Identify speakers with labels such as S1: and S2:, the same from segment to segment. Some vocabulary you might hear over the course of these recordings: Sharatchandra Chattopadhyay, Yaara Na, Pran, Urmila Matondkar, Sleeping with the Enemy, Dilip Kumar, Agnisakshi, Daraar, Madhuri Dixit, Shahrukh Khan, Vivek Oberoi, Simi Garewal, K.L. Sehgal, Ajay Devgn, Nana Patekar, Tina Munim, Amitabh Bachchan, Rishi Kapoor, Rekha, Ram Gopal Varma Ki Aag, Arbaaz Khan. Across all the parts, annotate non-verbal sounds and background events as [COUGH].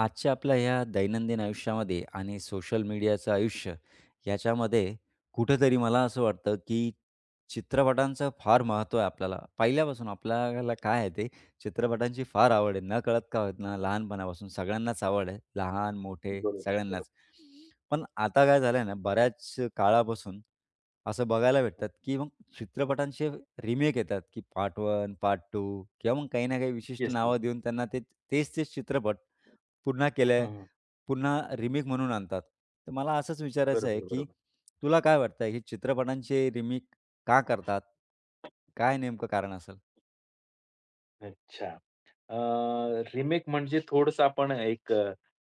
S1: आजच्या आपल्या ह्या दैनंदिन आयुष्यामध्ये आणि सोशल मीडियाचं आयुष्य याच्यामध्ये कुठेतरी मला असं वाटतं, की चित्रपटांचं फार महत्त्व आहे आपल्याला. पहिल्यापासून आपल्याला काय आहे ते चित्रपटांची फार आवड आहे. नकळत का होत ना लहानपणापासून सगळ्यांनाच आवड आहे. लहान, मोठे
S2: बरोबर, बरोबर.
S1: सगळ्यांनाच. पण आता काय झालंय ना बऱ्याच काळापासून असं बघायला भेटतात, की मग चित्रपटांचे रिमेक येतात, की पार्ट 1, पार्ट 2 किंवा मग काही ना काही विशिष्ट
S2: येस, येस.
S1: नावं देऊन त्यांना ते तेच-तेच चित्रपट पुन्हा
S2: हं,
S1: केलंय,
S2: हं.
S1: पुन्हा रिमेक म्हणून आणतात. तर मला असंच विचारायचं आहे,
S2: बरोबर,
S1: की
S2: बरोबर.
S1: तुला काय वाटतं हे चित्रपटांचे रिमेक का करतात? काय नेमकं कारण असेल?
S2: अच्छा. रिमेक म्हणजे थोडंसं आपण एक अ,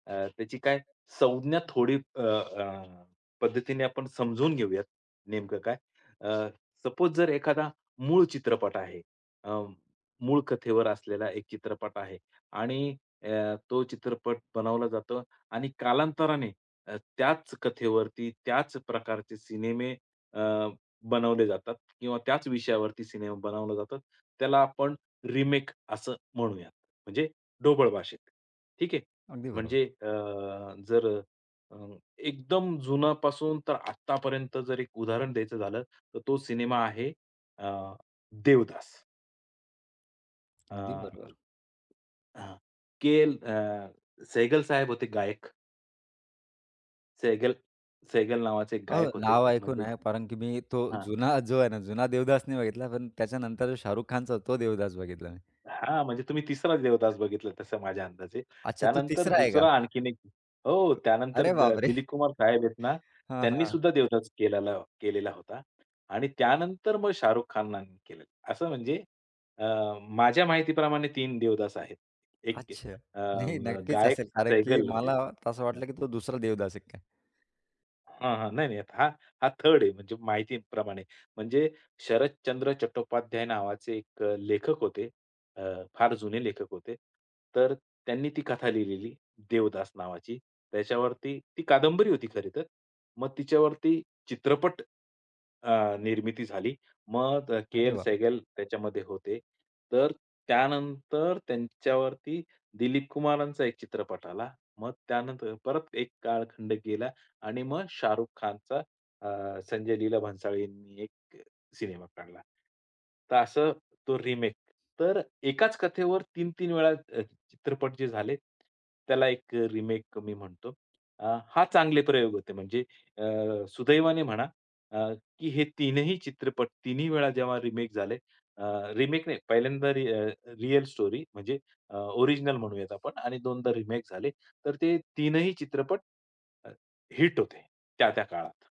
S2: अ, त्याची काय संज्ञा थोडी अ, अ, पद्धतीने आपण समजून घेऊयात नेमकं काय. सपोज जर एखादा मूळ चित्रपट आहे. अ, मूळ कथेवर असलेला एक चित्रपट आहे आणि तो चित्रपट बनवला जातो आणि कालांतराने त्याच कथेवरती त्याच प्रकारचे सिनेमे बनवले जातात किंवा त्याच विषयावरती सिनेमा बनवला जातात. त्याला आपण रिमेक असं म्हणूयात. म्हणजे ढोबळ भाषेत. ठीक आहे.
S1: अगदी बरोबर,
S2: म्हणजे जर अ, एकदम जुनापासून तर आत्तापर्यंत जर एक उदाहरण द्यायचं झालं, तर तो सिनेमा आहे अ, देवदास.
S1: अगदी
S2: अ,
S1: बरोबर.
S2: हां. के.एल. सहगल साहेब होते गायक. सहगल सहगल नावाचे एक
S1: अहो,
S2: गायक होते.
S1: नाव ऐकून
S2: म्हणजे
S1: आहे, कारण की मी तो
S2: हां.
S1: जुना जो आहे ना, जुना देवदास नाही बघितला, पण त्याच्यानंतर जो शाहरुख खानचा तो देवदास बघितला मी.
S2: हां, म्हणजे तुम्ही तिसरा देवदास बघितला तसं माझ्या अंदाजे.
S1: अच्छा, तो
S2: त्यानंतर
S1: तिसरा आहे का?
S2: दुसरा आणखीन एक हो, त्यानंतर
S1: अरे
S2: द
S1: बापरे!
S2: दिलीप कुमार साहेब आहेत ना,
S1: हां,
S2: त्यांनी
S1: हां.
S2: सुद्धा देवदास केलेला केलेला होता आणि त्यानंतर मग शाहरुख खाननं केलेलं. असं म्हणजे अ, माझ्या माहितीप्रमाणे 3 देवदास आहेत. एक
S1: अच्छा.
S2: अ,
S1: नाही, नक्कीच असेल,
S2: गायक
S1: कारण की
S2: सैगल होते.
S1: मला तसं वाटलं, की तो दुसरा देवदास आहे काय?
S2: हां, हां. नाही, नाही. हा हा थर्ड आहे म्हणजे माहितीप्रमाणे. म्हणजे शरदचंद्र चट्टोपाध्याय नावाचे एक लेखक होते. अ, फार जुने लेखक होते. तर त्यांनी ती कथा लिहिलेली देवदास नावाची. त्याच्यावरती ती कादंबरी होती खरे तर. मग तिच्यावरती चित्रपट निर्मिती झाली. मग के.
S1: अरे
S2: एल.
S1: वाह!
S2: सेहगल त्याच्यामध्ये होते. तर त्यानंतर त्यांच्यावरती दिलीप कुमारांचा एक चित्रपट आला. मग त्यानंतर परत एक कालखंड गेला आणि मग शाहरुख खानचा संजय लीला भन्साळी यांनी एक सिनेमा काढला. तर असं तो रिमेक. तर एकाच कथेवर 3 तीन वेळा चित्रपट जे झाले, त्याला एक रिमेक मी म्हणतो. हा चांगले प्रयोग होते म्हणजे अ, सुदैवाने म्हणा अ, की हे तीनही चित्रपट तिन्ही वेळा जेव्हा रिमेक झाले रिमेक नाही पहिल्यांदा रिअल स्टोरी म्हणजे ओरिजिनल म्हणूयात आपण आणि दोनदा रिमेक झाले. तर ते तीनही चित्रपट हिट होते त्या-त्या काळात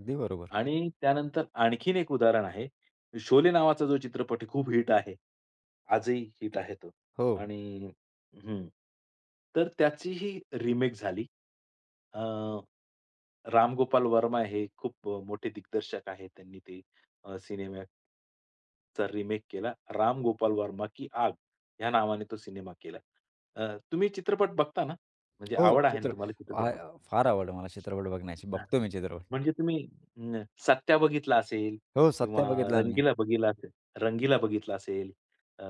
S1: अगदी बरोबर.
S2: आणि त्यानंतर आणखीन एक उदाहरण आहे. शोले नावाचा जो चित्रपट आहे खूप हिट आहे. आजही हिट आहे तो
S1: हो.
S2: आणि हं. तर त्याचीही रिमेक झाली. अ, राम गोपाल वर्मा हे खूप मोठे दिग्दर्शक आहेत. त्यांनी ते सिनेमाचा रिमेक केला. राम गोपाल वर्मा की आग ह्या नावाने तो सिनेमा केला. तुम्ही चित्रपट बघता ना? म्हणजे
S1: हो,
S2: आवड आहे ना तुम्हाला
S1: आ,
S2: चित्रपट?
S1: फार आवड आहे मला चित्रपट बघण्याची. बघतो मी चित्रपट.
S2: म्हणजे तुम्ही सत्या बघितला असेल
S1: हो,
S2: किंवा
S1: सत्या बघितला मी.
S2: रंगीला बघितला असेल रंगीला बघितला असेल, अ,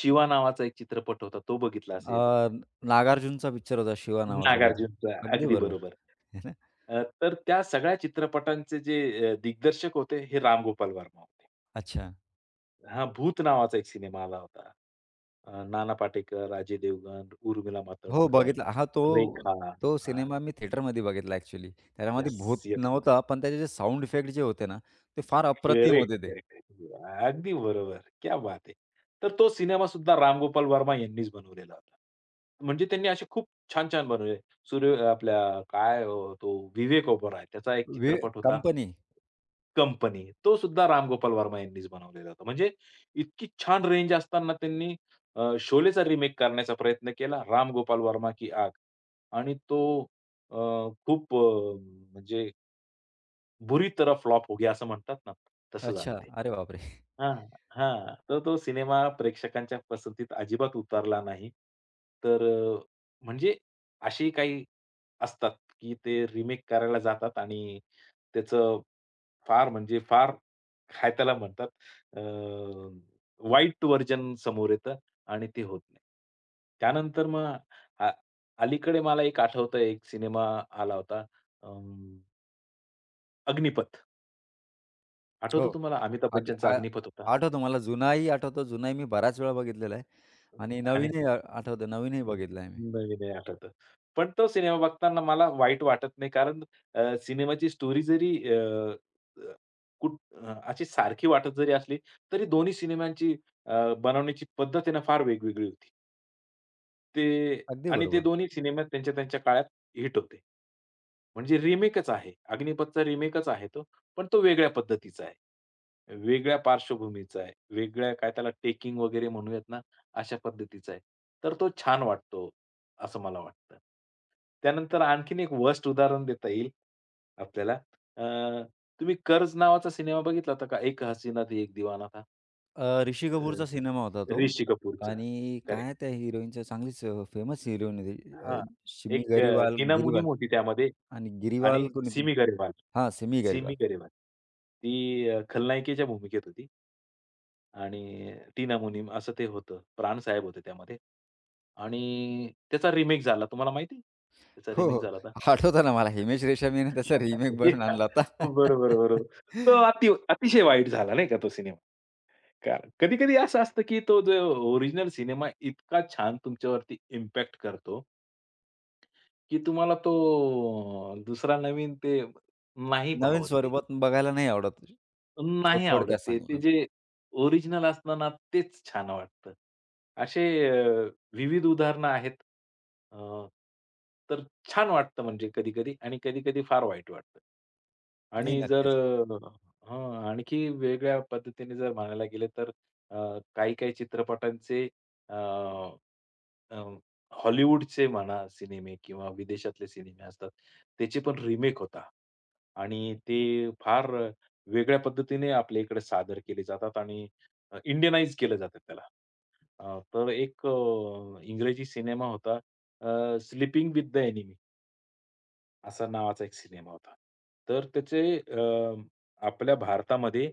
S2: शिवा नावाचा एक चित्रपट होता तो बघितला असेल.
S1: अ, नागार्जुनचा पिक्चर होता शिवा नावाचा बघ
S2: नागार्जुनचा
S1: अगदी
S2: अगदी
S1: बरोबर.
S2: बरोबर.
S1: आहे ना?
S2: तर त्या सगळ्या चित्रपटांचे जे दिग्दर्शक होते हे राम गोपाल वर्मा होते.
S1: अच्छा.
S2: हां, भूत नावाचा एक सिनेमा आला होता. नाना पाटेकर, अजय देवगण, उर्मिला
S1: हो,
S2: मातोंडकर,
S1: बघितला. हां, तो
S2: रेखा.
S1: तो सिनेमा मी थिएटरमध्ये बघितला ॲक्चुअली. त्याच्यामध्ये
S2: येस,
S1: भूत नव्हता,
S2: येस.
S1: पण त्याचे जे साउंड इफेक्ट जे होते ना, ते फार अप्रतिम
S2: करेक्ट,
S1: होते ते.
S2: करेक्ट. अगदी बरोबर. क्या बात है! तर तो सिनेमासुद्धा रामगोपाल वर्मा यांनीच बनवलेला होता. म्हणजे त्यांनी असे खूप छान-छान बनवले. सूर्य आपल्या काय तो विवेक ओबेरॉय त्याचा एक
S1: वे
S2: चित्रपट होता.
S1: कंपनी.
S2: कंपनी. तो सुद्धा रामगोपाल वर्मा यांनीच बनवलेला होता. म्हणजे इतकी छान रेंज असताना त्यांनी शोलेचा रिमेक करण्याचा प्रयत्न केला, रामगोपाल वर्मा की आग. आणि तो अ, खूप म्हणजे बुरी तरह फ्लॉप हो गया असं म्हणतात ना, तसं झालं
S1: अच्छा.
S2: ते.
S1: अरे बापरे!
S2: हां, हां. तर तो सिनेमा प्रेक्षकांच्या पसंतीत अजिबात उतरला नाही. तर अ, म्हणजे अशी काही असतात, की ते रिमेक करायला जातात आणि त्याचं फार म्हणजे फार काय त्याला म्हणतात अ, वाईट व्हर्जन समोर येतं आणि ते होत नाही. त्यानंतर मग अ, अलीकडे मला एक आठवतंय एक सिनेमा आला होता अं, अग्निपथ.
S1: हो.
S2: आठवतो तुम्हाला अमिताभ
S1: अग
S2: बच्चनचा
S1: आ
S2: अग्निपथ होता
S1: आठवतो मला जुनाही आठवतो. जुनाही मी बऱ्याच वेळा बघितलेला आहे आणि
S2: आणि
S1: नवीनही आठवतं. नवीनही
S2: हं.
S1: बघितला मी.
S2: नाही, नाही आठवत. पण तो सिनेमा बघताना मला वाईट वाटत नाही. कारण सिनेमाची स्टोरी जरी अ, अ, कुठ अ, अशी सारखी वाटत जरी असली, तरी दोन्ही सिनेमांची बनवण्याची पद्धत आहे ना फार वेगवेगळी होती. ते
S1: अगदी
S2: आणि ते
S1: बरोबर.
S2: दोन्ही सिनेमात त्यांच्या त्यांच्या काळात हिट होते. म्हणजे रिमेकच आहे. अग्निपथचा रिमेकच आहे तो. पण तो वेगळ्या पद्धतीचा आहे. वेगळ्या पार्श्वभूमीचा आहे. वेगळ्या काय त्याला टेकिंग वगैरे म्हणूयात ना, अशा पद्धतीचा आहे. तर तो छान वाटतो, असं मला वाटतं. त्यानंतर आणखीन एक वर्स्ट उदाहरण देता येईल आपल्याला. अ, तुम्ही कर्ज नावाचा सिनेमा बघितला होता का? एक हसीना थी एक दिवाना था.
S1: ऋषी
S2: अ,
S1: कपूरचा सिनेमा होता तो
S2: ऋषी कपूरचा.
S1: आणि
S2: करेक्ट.
S1: काय त्या हिरोईनचं चांगलीच फेमस हिरोईन होती
S2: हां.
S1: शिमी
S2: एक
S1: गरीवाल
S2: टीना मुनीम
S1: गिरीवाल
S2: होती त्यामध्ये.
S1: आणि गिरीवाल
S2: आणि
S1: कोणीतरी
S2: सिमी गरेवाल.
S1: हां, सिमी
S2: सिमी
S1: गरीवाल.
S2: गरेवाल. ती खलनायिकेच्या भूमिकेत होती. आणि टीना मुनीम असं ते होतं. प्राण साहेब होते त्यामध्ये. आणि त्याचा रिमेक झाला. तुम्हाला माहिती आहे? त्याचा
S1: हो,
S2: रिमेक
S1: हो.
S2: झाला होता.
S1: आठवतं ना मला हिमेश रेशमियाने त्याचा रिमेक बनवून
S2: [LAUGHS]
S1: आणला होता.
S2: बरोबर, बरोबर. तो अतिशय वाईट झाला नाही का तो सिनेमा. कारण कधी-कधी असं असतं, की तो जो ओरिजिनल सिनेमा इतका छान तुमच्यावरती इम्पॅक्ट करतो, की तुम्हाला तो दुसरा नवीन ते नाही
S1: नवीन
S2: भावत ते.
S1: स्वरूपात बघायला नाही आवडत. तो
S2: नाही आवडत
S1: थोडक्यात
S2: ते. ते
S1: सांगितलं तर.
S2: जे ओरिजिनल असतं ना, तेच छान वाटतं. असे अ, विविध उदाहरणं आहेत. अ, तर छान वाटतं म्हणजे कधी-कधी आणि कधी-कधी फार वाईट वाटतं.
S1: नाही,
S2: आणि जर
S1: नक्कीच.
S2: आणखी वेगळ्या पद्धतीने जर म्हणायला गेलं तर अ, काही-काही चित्रपटांचे अ, अ, हॉलिवूडचे म्हणा सिनेमे किंवा विदेशातले सिनेमे असतात, त्याचे पण रिमेक होतात आणि ते फार वेगळ्या पद्धतीने आपल्या इकडे सादर केले जातात आणि इंडियनाइज केलं जातं त्याला. तर एक इंग्रजी सिनेमा होता स्लीपिंग विथ द एनिमी असा नावाचा एक सिनेमा होता. तर त्याचे आपल्या भारतामध्ये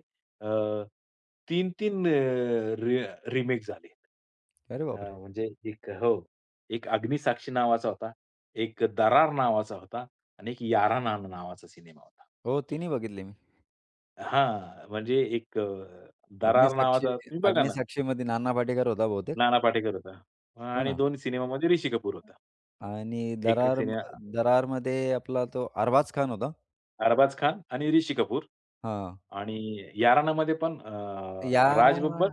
S2: तीन-तीन 3 अ, रि रिमेक झाले.
S1: अरे बापरे!
S2: म्हणजे एक हो. एक अग्निसाक्षी नावाचा होता, एक दरार नावाचा होता आणि एक यारा ना नावाचा सिनेमा होता.
S1: हो, तिन्ही बघितले मी.
S2: हां, म्हणजे एक दरार
S1: अग्निसाक्षी
S2: नावाचा तुम्ही बघा ना,
S1: अग्निसाक्षीमध्ये नाना पाटेकर होता बहुतेक.
S2: नाना पाटेकर होता
S1: हो
S2: आणि
S1: ना?
S2: 2 सिनेमामध्ये ऋषी कपूर होता.
S1: आणि
S2: एक
S1: दरार
S2: सिने
S1: दरारमध्ये आपला तो अरबाज खान होता.
S2: अरबाज खान आणि ऋषी कपूर
S1: हां.
S2: आणि यारानामध्ये पण
S1: यारा
S2: राज बब्बर,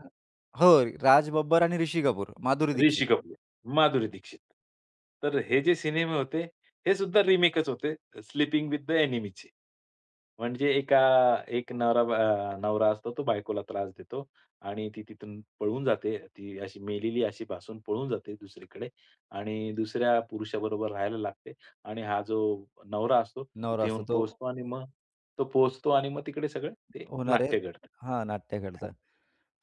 S1: हो, राज बब्बर आणि ऋषी कपूर, माधुरी दीक्षित
S2: ऋषी कपूर, माधुरी दीक्षित. तर हे जे सिनेमे होते, हे सुद्धा रिमेकच होते, स्लीपिंग विथ द एनिमीचे. म्हणजे एका एक नवरा बा- अ, नवरा असतो तो बायकोला त्रास देतो आणि ती तिथून पळून जाते. ती अशी मेलेली अशी भासून पळून जाते दुसरीकडे आणि दुसऱ्या पुरुषाबरोबर राहायला लागते आणि हा जो नवरा असतो
S1: नवरा
S2: तिथे
S1: असतो
S2: येऊन
S1: तो
S2: पोहोचतो आणि मग तो पोहोचतो आणि मग तिकडे सगळं ते
S1: होणार आहे
S2: नाट्य घडतं.
S1: हां, नाट्य
S2: हां,
S1: करता.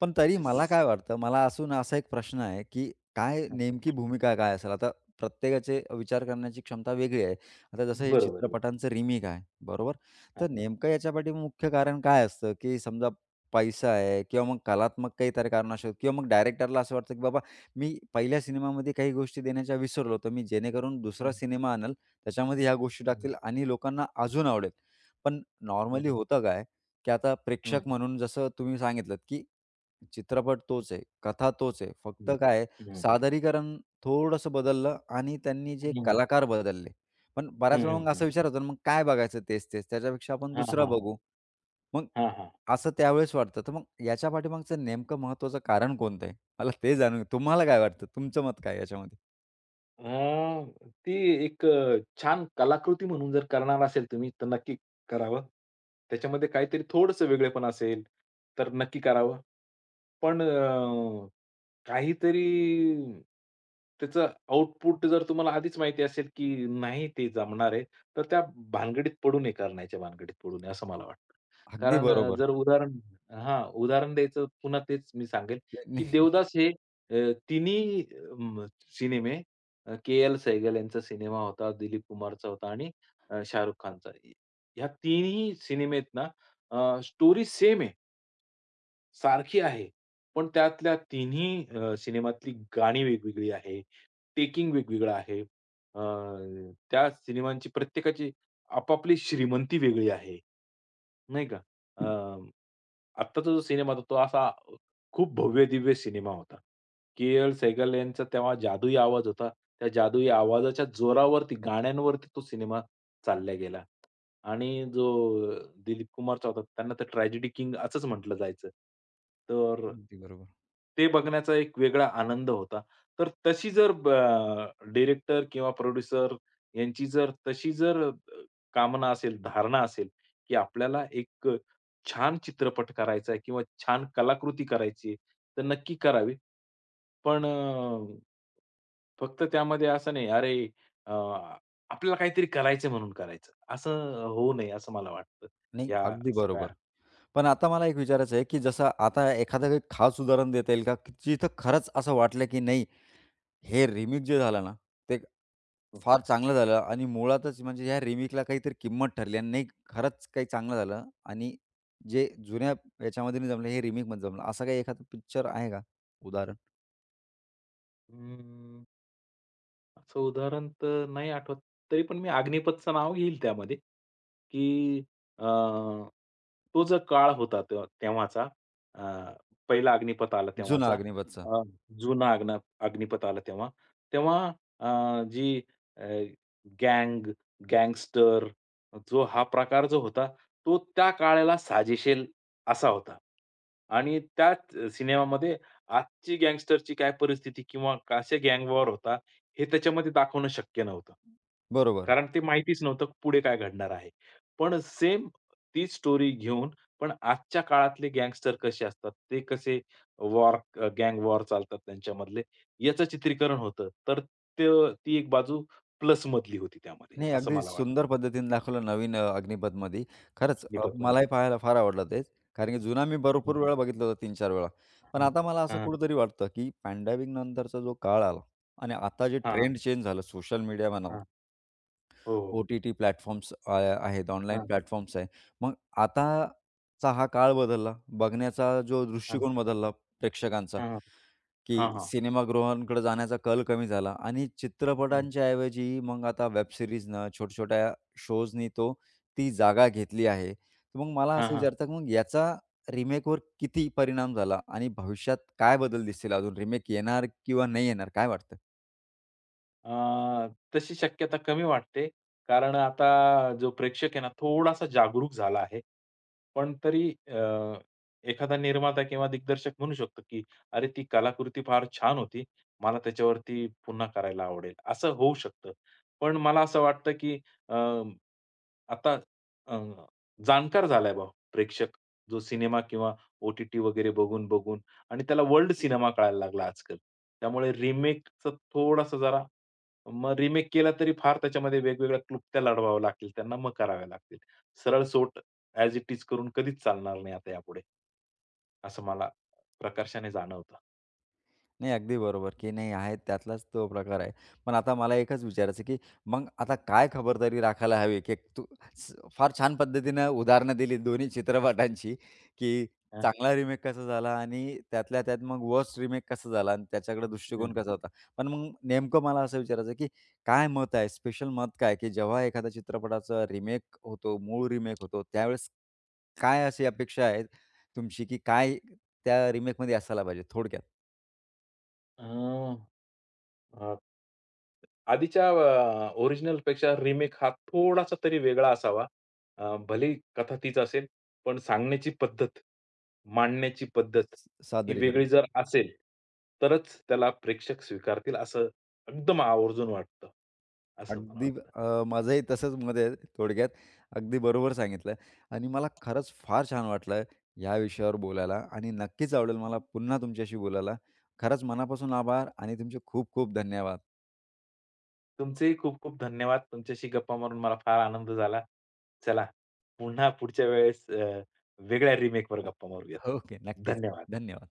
S1: पण तरी मला
S2: येस.
S1: काय वाटतं, मला असून असा एक प्रश्न आहे, की काय
S2: हां,
S1: नेमकी भूमिका काय असेल? आता प्रत्येकाचे विचार करण्याची क्षमता वेगळी आहे. आता जसं हे
S2: बरोबर.
S1: चित्रपटांचं रिमेक आहे, बरोबर?
S2: हां.
S1: तर नेमकं याच्यापाठी मुख्य कारण काय असतं, की समजा पैसा आहे किंवा मग कलात्मक काही तरी कारण असू किंवा मग डायरेक्टरला असं वाटतं, की बाबा मी पहिल्या सिनेमामध्ये काही गोष्टी देण्याच्या विसरलो, तर मी जेणेकरून दुसरा
S2: हं,
S1: सिनेमा आणेल, त्याच्यामध्ये ह्या गोष्टी
S2: हं,
S1: टाकतील आणि लोकांना अजून आवडेल. पण नॉर्मली
S2: हं,
S1: होतं काय, की आता
S2: हं,
S1: प्रेक्षक म्हणून जसं तुम्ही सांगितलंत, की चित्रपट तोच आहे, कथा तोच आहे. फक्त
S2: हं,
S1: काय आहे,
S2: हं,
S1: सादरीकरण थोडंसं बदललं आणि त्यांनी जे
S2: हं,
S1: कलाकार बदलले. पण
S2: हं,
S1: बऱ्याच वेळा
S2: हं,
S1: मग
S2: हं.
S1: असा विचार होतो ना, मग काय बघायचं तेच-तेच? त्याच्यापेक्षा आपण
S2: हां, हां,
S1: दुसरं
S2: हां.
S1: बघू. मग
S2: हां, हां.
S1: असं त्यावेळेस वाटतं. तर मग याच्या पाठीमागचं नेमकं महत्त्वाचं कारण कोणतं आहे? मला ते जाणून तुम्हाला काय वाटतं? तुमचं मत काय याच्यामध्ये?
S2: अ, ती एक छान कलाकृती म्हणून जर करणार असेल तुम्ही, तर नक्की करावं. त्याच्यामध्ये काहीतरी थोडंसं वेगळेपण असेल, तर नक्की करावं. पण काहीतरी त्याचं आउटपुट जर तुम्हाला आधीच माहिती असेल, की नाही ते जमणार आहे, तर त्या भानगडीत पडू नये, करण्याच्या भानगडीत पडू नये, असं मला वाटतं.
S1: अगदी
S2: कारण
S1: बरोबर.
S2: जर उदाहरण हां, उदाहरण द्यायचं पुन्हा तेच मी सांगेल, की
S1: नाही,
S2: देवदास हे तिन्ही सिनेमे के.एल. सेहगल यांचा सिनेमा होता, दिलीप कुमारचा होता आणि शाहरुख खानचा. ह्या तिन्ही सिनेमेत ना स्टोरी सेम आहे. सारखी आहे. पण त्यातल्या तिन्ही सिनेमातली गाणी वेगवेगळी आहे. टेकिंग वेगवेगळं आहे. अ, त्या सिनेमांची प्रत्येकाची आपापली श्रीमंती वेगळी आहे. नाही का? अ, आत्ताचा जो सिनेमा होता तो असा खूप भव्य-दिव्य सिनेमा होता. के.एल. सेगल यांचा तेव्हा जादुई आवाज होता. त्या जादुई आवाजाच्या जोरावरती, गाण्यांवरती तो सिनेमा चालला गेला. आणि जो दिलीप कुमारचा होता त्यांना तर ट्रॅजेडी किंग असंच म्हटलं जायचं. तर
S1: अगदी बरोबर.
S2: ते बघण्याचा एक वेगळा आनंद होता. तर तशी जर किंवा प्रोड्युसर यांची जर तशी जर कामना असेल, धारणा असेल की आपल्याला एक छान चित्रपट करायचा आहे किंवा छान कलाकृती करायची आहे, तर नक्की करावी. पण फक्त त्यामध्ये असं नाही, "अरे, अ, आपल्याला काहीतरी करायचंय म्हणून करायचं." असं होऊ नये असं मला वाटतं,
S1: नाही,
S2: या
S1: अगदी
S2: सगळ्या
S1: बरोबर. पण आता मला एक विचारायचं आहे, की जसं आता एखादं काही खास उदाहरण देता येईल का, की जिथं खरंच असं वाटलं की नाही हे रिमिक्स जे झालं ना, ते फार चांगलं झालं आणि मुळातच म्हणजे ह्या रिमिक्सला काहीतरी किंमत ठरली आणि नाही खरंच काही चांगलं झालं आणि जे जुन्या याच्यामध्ये नाही जमलं, हे रिमेकमध्ये जमलं. असा काही एखादा पिक्चर आहे का उदाहरण?
S2: हं. असं उदाहरण तर नाही आठवत. तरी पण मी अग्निपथचं नाव घेईल त्यामध्ये, की अ, तो जो काळ होता तेव्हाचा अ, पहिला अग्निपथ आला
S1: जुना
S2: तेव्हाचा
S1: अग्निपथचा.
S2: अ, जुना अग्निपथ आला तेव्हा. तेव्हा जी गँग, गँगस्टर जो हा प्रकार जो होता, तो त्या काळाला साजेशील असा होता. आणि त्याच सिनेमामध्ये आजची गँगस्टरची काय परिस्थिती किंवा कसे गँग वॉर होतात हे त्याच्यामध्ये दाखवणं शक्य नव्हतं.
S1: बरोबर.
S2: कारण ते माहितीच नव्हतं पुढे काय घडणार आहे. पण सेम तीच स्टोरी घेऊन पण आजच्या काळातले गँगस्टर कसे असतात, ते कसे वॉर गँग वॉर चालतात त्यांच्यामधले, याचं चित्रीकरण होतं. तर त ती एक बाजू प्लसमधली होती त्यामध्ये,
S1: नाही
S2: असं
S1: अगदी
S2: मला वाटतं
S1: सुंदर पद्धतीने दाखवलं नवीन अग्निपथमध्ये. खरंच
S2: निपतमध्ये.
S1: मलाही पाहायला फार आवडलं ते. कारण की जुना मी
S2: हं,
S1: भरपूर वेळा बघितलं होतं 3-4 वेळा. पण
S2: हं.
S1: आता मला असं
S2: हां,
S1: कुठेतरी वाटतं, की पॅन्डेमिक नंतरचा जो काळ आला आणि आता जे
S2: हां,
S1: ट्रेंड चेंज झालं सोशल मीडिया म्हणा
S2: हां. हो,
S1: ओ-टी-टी प्लॅटफॉर्म्स आहेत,
S2: हां,
S1: ऑनलाईन प्लॅटफॉर्म्स आहे. मग आताचा हा काळ बदलला, बघण्याचा जो
S2: हां,
S1: दृष्टिकोन बदलला प्रेक्षकांचा,
S2: हां,
S1: की
S2: हां, हां.
S1: सिनेमागृहांकडे जाण्याचा कल कमी झाला आणि
S2: हं.
S1: चित्रपटांच्या ऐवजी मग आता वेब सीरीजनं, छोट्या-छोट्या शोजनी तो ती जागा घेतली आहे. तर मग मला असं विचारतं, की मग याचा रिमेकवर किती परिणाम झाला आणि भविष्यात काय बदल दिसतील अजून रिमेक येणार किंवा नाही येणार, काय वाटतं?
S2: अ, तशी शक्यता कमी वाटते. कारण आता जो प्रेक्षक आहे ना, थोडासा जागरूक झाला आहे. पण तरी एखादा निर्माता किंवा दिग्दर्शक म्हणू शकतो, की "अरे, ती कलाकृती फार छान होती. मला त्याच्यावरती पुन्हा करायला आवडेल." असं होऊ शकतं. पण मला असं वाटतं, की अ, आता अ, जाणकार झालाय बा प्रेक्षक. जो सिनेमा किंवा OTT वगैरे बघून, बघून आणि त्याला वर्ल्ड सिनेमा कळायला लागला आजकाल. त्यामुळे रिमेकचं थोडासा जरा मग रिमेक केला तरी फार त्याच्यामध्ये वेगवेगळ्या क्लुप्त्या लढवाव्या लागतील त्यांना, मग कराव्या लागतील. सरळ सोट ॲज इट इज करून कधीच चालणार नाही आता यापुढे, असं मला प्रकर्षाने जाणवतं.
S1: नाही, अगदी बरोबर, की नाही आहे त्यातलाच तो प्रकार आहे. पण आता मला एकच विचारायचं की मग आता काय खबरदारी राखायला हवी, की तू स फार छान पद्धतीनं उदाहरणं दिली दोन्ही चित्रपटांची, की चांगला रिमेक कसा झाला आणि त्यातल्या त्यात मग वर्स्ट रिमेक कसा झाला आणि त्याच्याकडे
S2: हं,
S1: दृष्टिकोन
S2: हं.
S1: कसा होता. पण मग नेमकं मला असं विचारायचं की काय मत आहे, स्पेशल मत काय, की जेव्हा एखाद्या चित्रपटाचा रिमेक होतो, मूळ रिमेक होतो, त्यावेळेस काय अशी अपेक्षा आहे तुमची, की काय त्या रिमेकमध्ये असायला पाहिजे थोडक्यात?
S2: अ, आधीच्या ओरिजिनलपेक्षा रिमेक हा थोडासा तरी वेगळा असावा. भलेही कथा तीच असेल, पण सांगण्याची पद्धत, मांडण्याची पद्धत ही वेगळी
S1: सादरीकरण.
S2: जर असेल, तरच त्याला प्रेक्षक स्वीकारतील असं एकदम आवर्जून वाटतं. असं मला
S1: अगदी
S2: वाटतं.
S1: माझंही तसंच मत आहे थोडक्यात. अगदी बरोबर सांगितलं आणि मला खरंच फार छान वाटलं या विषयावर बोलायला आणि नक्कीच आवडेल मला पुन्हा तुमच्याशी बोलायला. खरंच मनापासून आभार आणि तुमचे खूप खूप धन्यवाद.
S2: तुमचेही खूप खूप धन्यवाद. तुमच्याशी गप्पा मारून मला फार आनंद झाला. चला, पुन्हा पुढच्या वेळेस वेगळ्या रिमेकवर गप्पा मारूयात.
S1: ओके. नक्कीच.
S2: धन्यवाद.
S1: धन्यवाद.